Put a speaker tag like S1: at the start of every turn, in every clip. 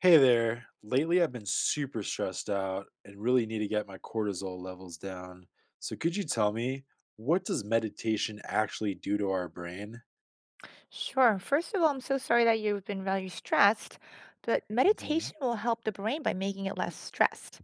S1: Hey there. Lately, I've been super stressed out and really need to get my cortisol levels down. So, could you tell me, what does meditation actually do to our brain?
S2: Sure. First of all, I'm so sorry that you've been very stressed, but
S1: Hmm.
S2: meditation will help the brain by making it less stressed.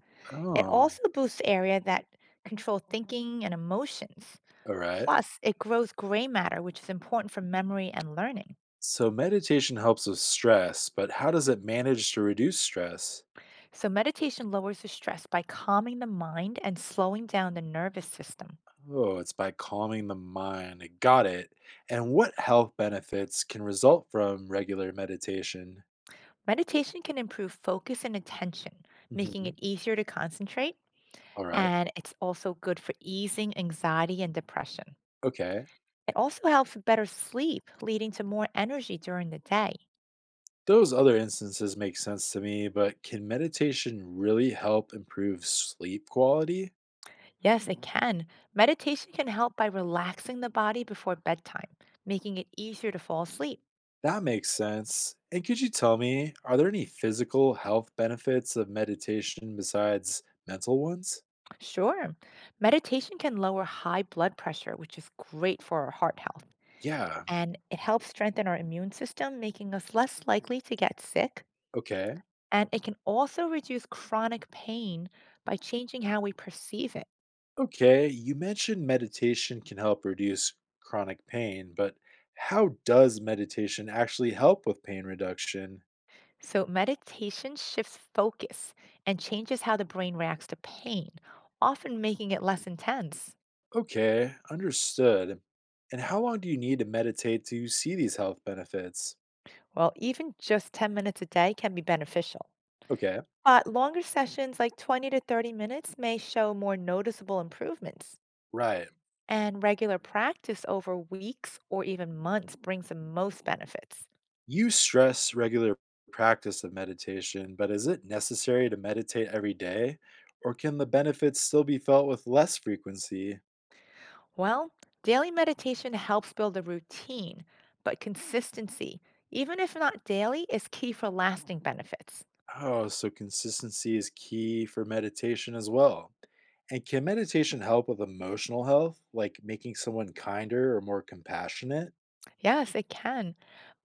S2: It
S1: Oh,
S2: also boosts area that control thinking and emotions.
S1: all right.
S2: Plus, it grows gray matter, which is important for memory and learning.
S1: So, meditation helps with stress, but how does it manage to reduce stress?
S2: So, meditation lowers the stress by calming the mind and slowing down the nervous system.
S1: Oh, it's by calming the mind. Got it. And what health benefits can result from regular meditation?
S2: Meditation can improve focus and attention, making it
S1: Mhm.
S2: easier to concentrate,
S1: All right.
S2: and it's also good for easing anxiety and depression.
S1: Okay.
S2: It also helps with better sleep, leading to more energy during the day.
S1: Those other instances make sense to me, but can meditation really help improve sleep quality?
S2: Yes, it can. Meditation can help by relaxing the body before bedtime, making it easier to fall asleep.
S1: That makes sense. And could you tell me, are there any physical health benefits of meditation besides mental ones?
S2: Sure, meditation can lower high blood pressure, which is great for our heart health.
S1: Yeah,
S2: And it helps strengthen our immune system, making us less likely to get sick.
S1: okay.
S2: And it can also reduce chronic pain by changing how we perceive it.
S1: Okay, you mentioned meditation can help reduce chronic pain, but how does meditation actually help with pain reduction?
S2: So, meditation shifts focus and changes how the brain reacts to pain, often making it less intense.
S1: Okay, understood. And how long do you need to meditate to see these health benefits?
S2: Well, even just 10 minutes a day can be beneficial.
S1: Okay.
S2: But longer sessions, like 20 to 30 minutes, may show more noticeable improvements.
S1: Right.
S2: And regular practice over weeks or even months brings the most benefits.
S1: You stress regular practice of meditation, but is it necessary to meditate every day? Or can the benefits still be felt with less frequency?
S2: Well, daily meditation helps build a routine, but consistency, even if not daily, is key for lasting benefits.
S1: Oh, so consistency is key for meditation as well. And can meditation help with emotional health, like making someone kinder or more compassionate?
S2: Yes, it can.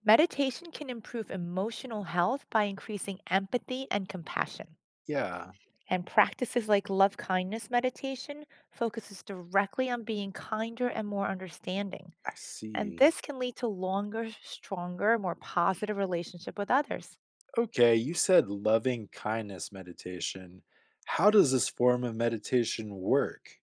S2: Meditation can improve emotional health by increasing empathy and compassion.
S1: Yeah,
S2: And practices like love kindness meditation focuses directly on being kinder and more understanding.
S1: I
S2: And
S1: see.
S2: this can lead to longer, stronger, more positive relationship with others.
S1: Okay, you said loving kindness meditation. How does this form of meditation work?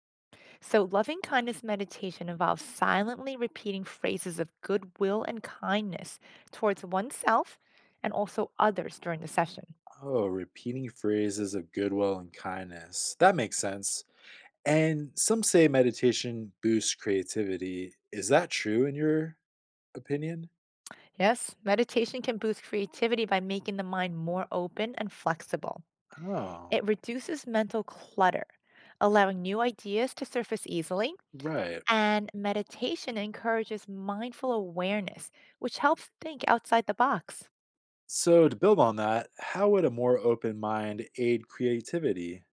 S2: So loving kindness meditation involves silently repeating phrases of goodwill and kindness towards oneself and also others during the session.
S1: Oh, repeating phrases of goodwill and kindness. That makes sense. And some say meditation boosts creativity. Is that true in your opinion?
S2: Yes, meditation can boost creativity by making the mind more open and flexible.
S1: Oh,
S2: It reduces mental clutter, allowing new ideas to surface easily.
S1: right.
S2: And meditation encourages mindful awareness, which helps think outside the box.
S1: So, to build on that, how would a more open mind aid creativity?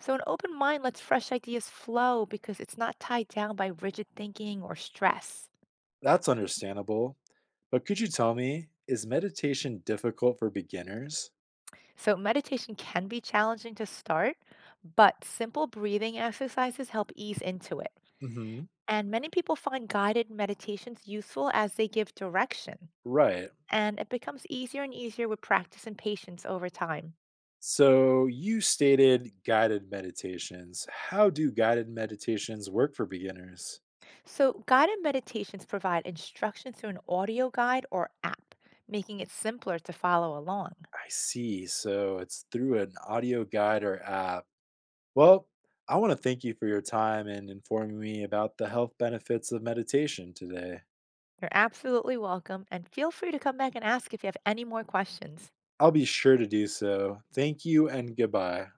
S2: So, an open mind lets fresh ideas flow because it's not tied down by rigid thinking or stress.
S1: That's understandable. But could you tell me, is meditation difficult for beginners?
S2: So, meditation can be challenging to start, but simple breathing exercises help ease into it.
S1: Hmm.
S2: And many people find guided meditations useful as they give direction.
S1: Right.
S2: And it becomes easier and easier with practice and patience over time.
S1: So you stated guided meditations. How do guided meditations work for beginners?
S2: So, guided meditations provide instruction through an audio guide or app, making it simpler to follow along.
S1: I see. So it's through an audio guide or app. Well, I want to thank you for your time and informing me about the health benefits of meditation today.
S2: You're absolutely welcome, and feel free to come back and ask if you have any more questions.
S1: I'll be sure to do so. Thank you and goodbye.